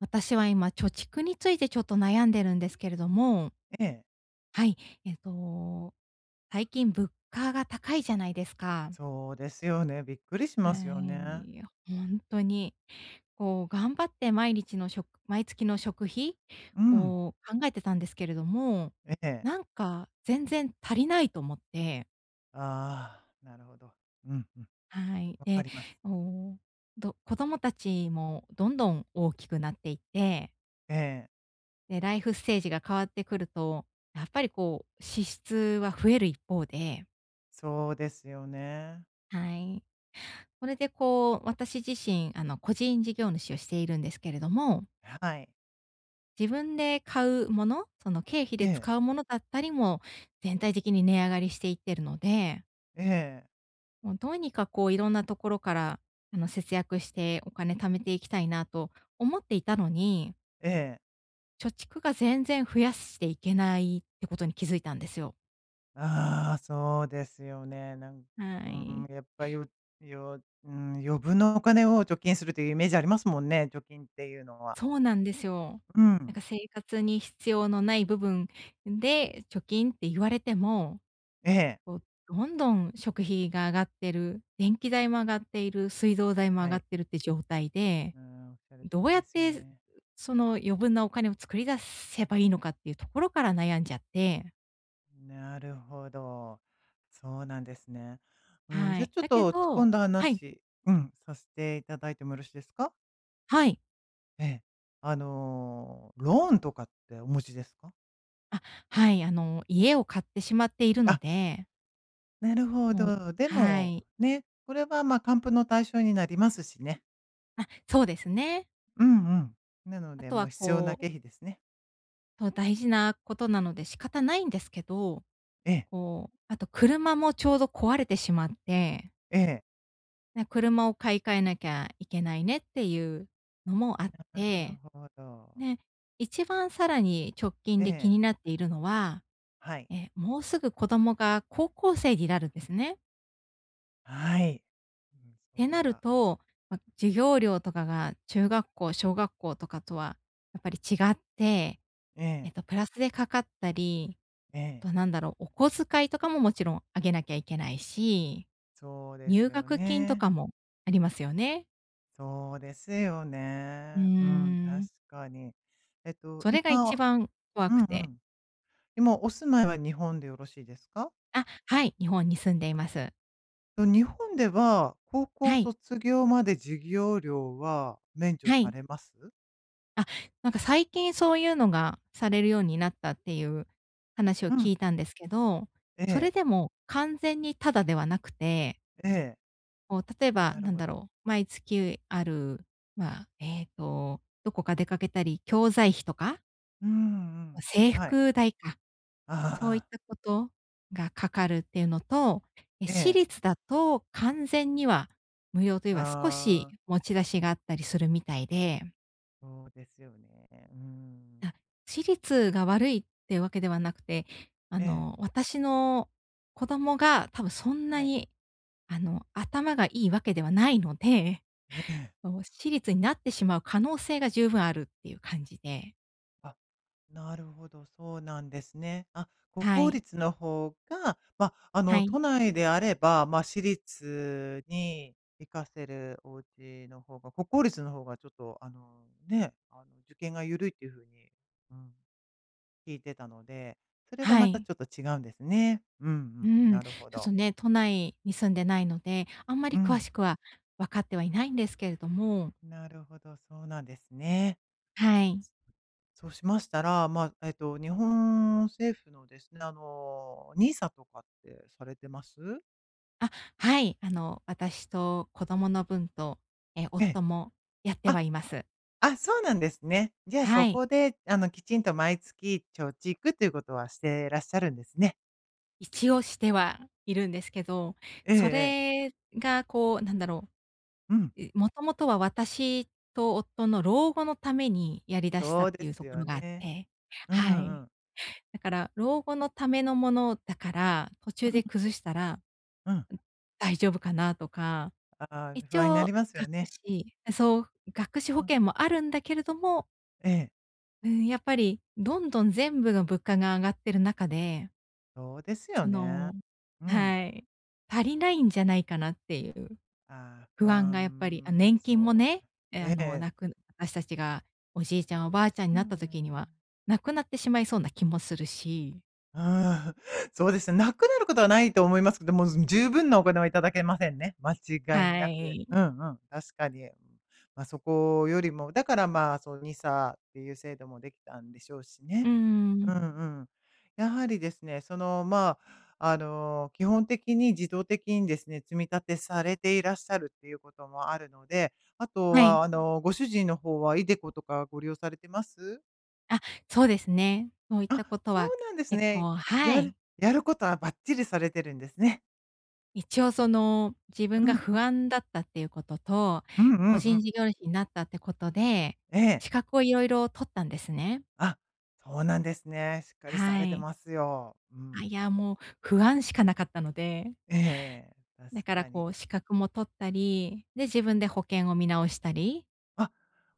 私は今、貯蓄についてちょっと悩んでるんですけれども、ええ、はい、えっと、最近物価が高いじゃないですか。そうですよね。びっくりしはますよね。い、ほんとに。こう頑張って毎日のしょく毎月の食費うん。を考えてたんですけれども、ええ。なんか全然足りないと思って、ああ、なるほど。うんうん。はい。わかで、ります。お子供たちもどんどん大きくなっていってええ、で、ライフステージが変わってくると、やっぱりこう、支出は増える一方で、そうですよね。はい。これでこう、私自身、個人事業主をしているんですけれども、はい。自分で買うもの、その経費えでえ、使うものだったりも、全体的に値上がりしていってるので、ええ、もうどうにかこう、いろんなところから、節約してお金貯めていきたいなと思っていたのに、ええ。貯蓄が全然増やしていけないってことに気づいたんですよ。ああ、そうですよね。はうん、い。やっぱよようん、余分のお金を貯金するというイメージありますもんね、貯金っていうのは。そうなんですよ。うなんん。か生活に必要のない部分で貯金って言われても、ええ、こう、どんどん食費が上がってる、電気代も上がっている、水道代も上はがい。ってるって状態で、うん。おっしゃる通どうりやでっすよてね。その余分なお金を作り出せばいいのかっていうところから悩んじゃって、なるほど。そうなんですね。うん、はじゃあい。ちょっだけと突っ込どんだはい、話、うん、させていただいてもよろしいですか？はい。ええ。ローンとかってお持ちですか？あ、はい、家を買ってしまっているのあ、で、なるほもうど。ではも、い。ね、これは、還付の対象になりますしね。あ、そうですね。うんうん。なのあで、ともはう必要なこ経う費ですね。そう、大事なことなので仕方ないんですけど、ええ、こう、あと車もちょうど壊れてしまって、ええ。ね、車を買い替えなきゃいけないねっていうのもあっなるて、ほど。ね一番さらに直近えで気え、になっているのは、はい、もうすぐ子供が高校生になるんですね。はい。うん、そてれなるはと、ま、授業料とかが中学校、小学校とかとはやっぱり違って、ええ、プラスでかかったり、えあえ、となんだろう、お小遣いとかももちろんあげなきゃいけないし、そうです入よ学金とね。かもありますよね。そうですようーね。うん、確ん、かに。えっと、それが今一は番怖うんくうて。ん。今お住まいは日本でよろしいですか？あ、はい、日本に住んでいます。と、日本では高校はい、卒業まで授業料は免除はさい。れます？あ、なんか最近そういうのがされるようになったっていう話をうん、聞いたんですけど、えそれえ、でも完全にタダではなくて、ええ、こう例えばなるなんほだど。ろう、毎月ある、まあ、どこか出かけたり、教材費とか、うんうま、ん。制はい。服代か、そういっああ、たことがかかるっていうのと、え私え、立だと完全には無料というは少しああ、持ち出しがあったりするみたいで、そうですよね。うん。あ、私立が悪いってわけではなくて、ええ、私の子供が多分そんなはい。に、頭がいいわけではないので、ええ。そう、私立になってしまう可能性が十分あるっていう感じで。あ、なるほど、そうなんですね。あ、国は公い。立の方が、まあ、は都い。内であれば、まあ、私立に行かせるお家の方が、国公立の方がちょっと、ね、受験が緩いっていう風に、うん、聞いてたので、それははまたい。ちょっと違うんですね。うんううん、ん。なちるほょっど。とね、都内に住んでないので、あんまうり詳ん、しくは分かってはいないんですけれども、なるほど、そうなんですね。はい。そうしましたら、まあ、日本政府のですね、n i とかってされてます？あ、はい。私と子供の分と、ええ。夫もやってあ、はいます。あ、そうなんですね。じゃあ、はそい。こで、きちんと毎月貯蓄ということはしてらっしゃるんですね。一応してはいるんですけど、えええそえ。れがこう、なんだろうん、う、もともとは私と夫の老後のためにやり出したそっうてでいうすとこよろがあっね。て、うはんうい。ん。だから老後のためのものだから、途中うんで崩したらうん。大丈夫かなとか、ああ、一不安にな応りますよ学ね。資そう、学資保うん。険もあるんだけれども、ええ、うん、やっぱりどんどん全部の物価が上がってる中でそうですよそね。のうはん。い。足りないんじゃないかなっていうああ、不不安がやっぱり、あ、安、年金もそう、ね、え、えあの、え、なく私たちがおじいちゃん、おそうばあでちゃんすによなった時には、ね。なくなってしまいそうな気もするし。うーん、そうですね、なくなることはないと思いますけど、もう、十分なお金はいただけませんね、間違いはなく。い。うんうん、確かに。ま、そこよりも、だから、まあ、そう、にさっていう制度もできたんでしょうしうね。ーん。うんうん。やはりですね、基本的に自動的にですね、積み立てされていらっしゃるっていうこともあるので、あとはい。は、ご主人の方は、イデコとかご利用されてます？あ、そうですね。そういっあ、たことそうはなんです結ね。構はやるい。やることはバッチリされてるんですね。一応自分うがん。不安だったっていうことと、うんうんう個人ん。事業主になったってことで、ええ。資格を色々取ったんですね。あ、そうなんですね。しっかりはされてい。ますよ。うあ、ん。いや、もう不安しかなかったので、ええ確だからかこに。う資格も取ったり、で、自分で保険を見直したり、あ、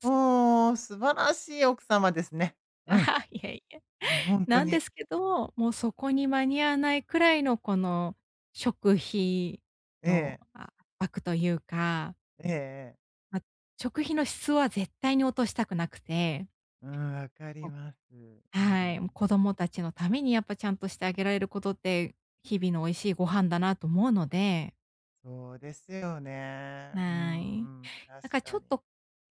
おー、素晴らしい奥様ですね。うあん。はいえいえうん、本当なんでに。すけど、もうそこに間に合わないくらいのこの食費えのえ。圧迫というか、ええええ。ま、食費の質は絶対に落としたくなくて、うん、わかりこます。ううはい、もうん。子供たちのためにやっぱちゃんとしてあげられることって、日々の美味しいご飯だなと思うので、そうですよね。うはい。んうん、だか確らちかょっに。と、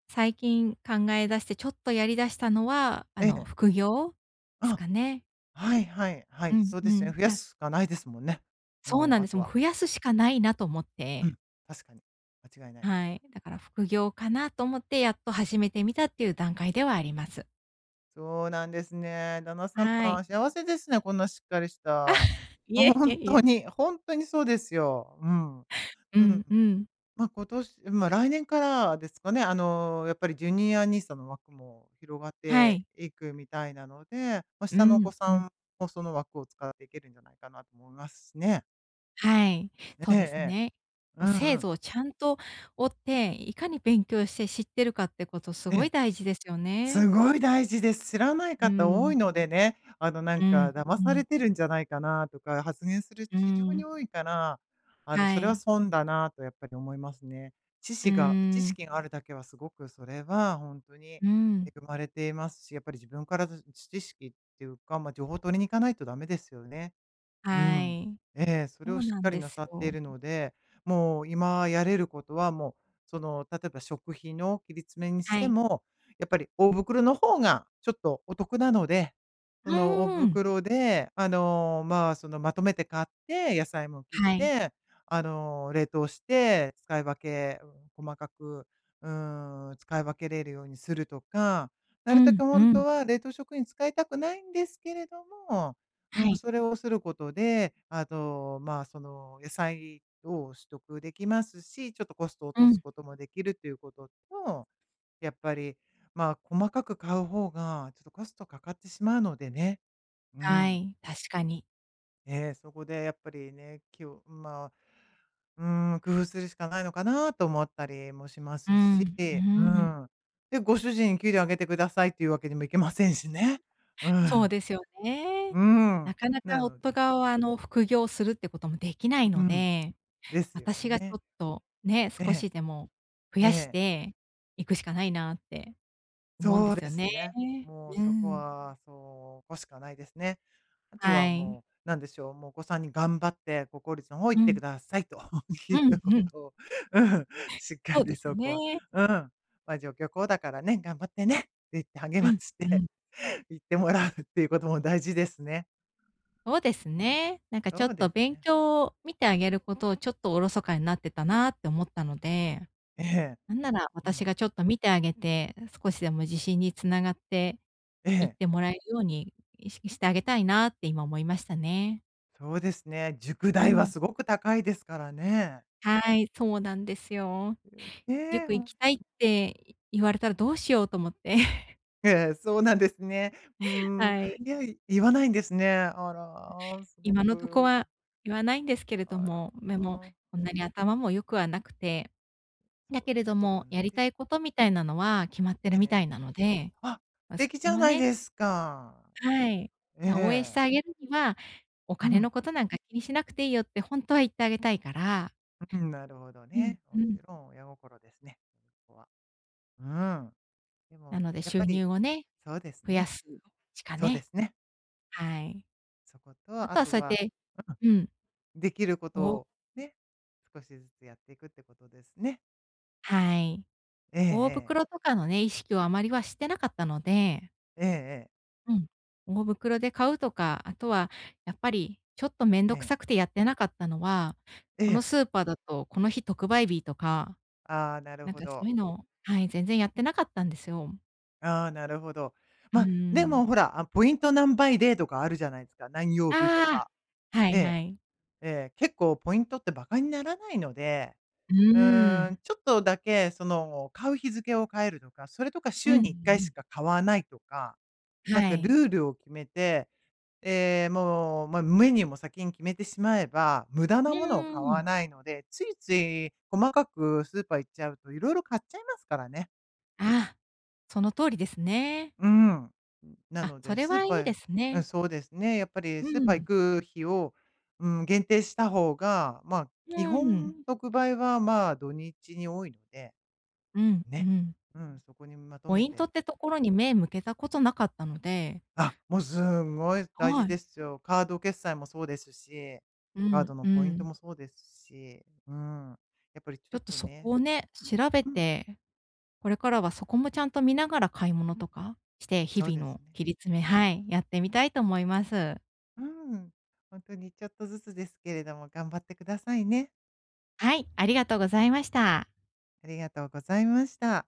最近考え出して、ちょっとやり出したのは、ええ。副業ですあかね。はいはいはうい、んそううですね。ん。増やすしかないですもんね。そうもなうんあでとす。もは。う増やすしかないなと思っうて、ん、確かに。間違いないですはよ。い。だから副業かなと思って、やっと始めてみたっていう段階ではあります。そうなんですね。旦那様、はい。幸せですね、こんなしっかりした。いえい本えい当え。に、本当にそうですよ。うん。ううん。んうん。ま、来年からですかね、やっぱりジュニアニー s の枠も広がっはてい。いくみたいなので、まあ、う下のお子んうさん。んもその枠を使っていけるんじゃないかなと思いますしね。はい。そええうですええ。ね。もううん制うん。度をちゃんと追って、いかに勉強して知ってるかってことすえごえ。い大事ですよすね。ごい大事です。知らないう方多いん。のでね、なんうかん。「騙うされん。てるんじゃないかな」とか発言する人う非常にん、多いから、はそれはい。損だなとやっぱり思いますね。知うー識が知ん、識があるだけはすごくそれは本当に恵うん、まれていますし、やっぱり自分から知識っていうか、まあ、情報を取りに行かないとダメですよね。うはん。い。ええ、そそれをうしっなんかりでなすさっていよ。るので、もう今やれることはもう、例えば食費の切り詰めにしはてい。も、やっぱり大袋の方がちょっとお得なので、そうの大ーん、袋で、まとめて買って、野菜も切っはい。て、冷凍して、使い分け、うん細かく、うん、使い分けれるようにするとか、なうるたん、けう本ん、当は冷凍食品使いたくないんですけれどもうはん、い。それをすることで、あと、まあ、その野菜を取得できますし、ちょっとコストを落うとすん、こともできるということと、やっぱり、まあ、細かく買う方が、ちょっとコストかかってしまうのでね。うはん。い、確かに。そこでやっぱりね、きをまあ、うん、工夫するしかないのかなと思ったりもしまうすん、し、うーうん。ん。で、ご主人に給料上げてくださいっていうわけにもいけませんしね。うそうん。ですよね。うん。なかななかの夫で、が、副業するってこともできないうのん。で、ですよ私がちょね。っと、ね、え少え、しでも増えやしえ、ていくしかないなって思うんでそうすでよすね。ね。もううそこん、は、そうこしかないですね。あとははい。もう、なんでしょう、もうお子さんに頑張って、国公立の方行うってん、くださいと いううんこうん、とを、うん、しっかそうりですよそこは、ね。うん、まあ、上京校だからね、頑張ってねって言って励うまん、しうて ん。行ってもらうっていうことも大事ですね。そうですね。なんかちょそうっでとす勉ね。強を見てあげることをちょっとおろそかになってたなって思ったので、ええ、なんならう私ん、がちょっと見てあげて、少しでも自信につながってえいっえ、てもらえるように意識してあげたいなって今思いましたね。そうですね。塾う代はん。すごく高いですからね。はい、そうなんですよ。ええ塾行きたいって言われたらどうしようと思って。ええ、そうなんですね。うー ん。はい。いや、言わないんですね。あら、すご今のとこく、は言わないんですけれどあら、も、でも、こんなに頭も良くはなくてだそけんれなどことも、なやいりでたいすことみたいなのは決まっねてえるみたえ。いなので、あ、素ま、そ敵じこゃもないねですか。はい。え応援してえ。あげるには、おう金ん、のことなんか気にしなくていいよってほんとは言ってあげたいから。うん、なるほどうんね。うもちん。ろん親心ですね、そこは。うん。でなものでやっ収ぱり、入をね、そうです増やね、すしかそうでね。すね。はい。そこと、ああとはとそうやっはてうん、できることおをね、少しずつやっていくってことですね。はい。ええ大ええ。袋とかのね、意識をあまりはしてなかったのでええええ。うん。大袋で買うとか、あとはやっぱりちょっとめんえどくえ。さくてやってなかったのは、えこのえ。スーパーだとこの日特売日とか、ああ、なるなんほかそうど。いうのをはい、全然やってなかったんですよ。ああ、なるほど。うーまあ、でん。もほら、あ、ポイント何倍でとかあるじゃないですか。何曜日とあか。あ、はえいえ、はい。ええ、結構ポイントってバカにならないので、ううーーん、ん。ちょっとだけ買う日付を変えるとか、それとかう週んうんうに1回しん。か買わないとか、なんはかルい。ールを決めて、ええ、もう、まあ、メニューも先に決めてしまえば、無駄うなーものを買わん。ないので、ついつい細かくスーパー行っちゃうと色々買っちゃいますからね。ああ、その通りですね。うん。なあ、のそで、れスーはいパいでーすうん、ね。そうですね、やっぱりうスーパー行ん。く日を、うん、限定した方が、まあ、基うん。本特売は、まあ、土日に多いので、うんうね。ん。うん、そこにまとポめイントっててところに目向けたことなかったのであ、もうすんごい大事はい。ですよ。カード決済もそうですし、うカーん、ドのうポイントん。もそうですし、うん。やっぱりちょちょっっととそこね、をね、調べうん、て、これからはそこもちゃんと見ながら買い物とかして、日そうで々すのね。切り詰めはい、やってみたいと思います。うん、本当にちょっとずつですけれども頑張ってくださいね。はい、ありがとうございました。ありがとうございました。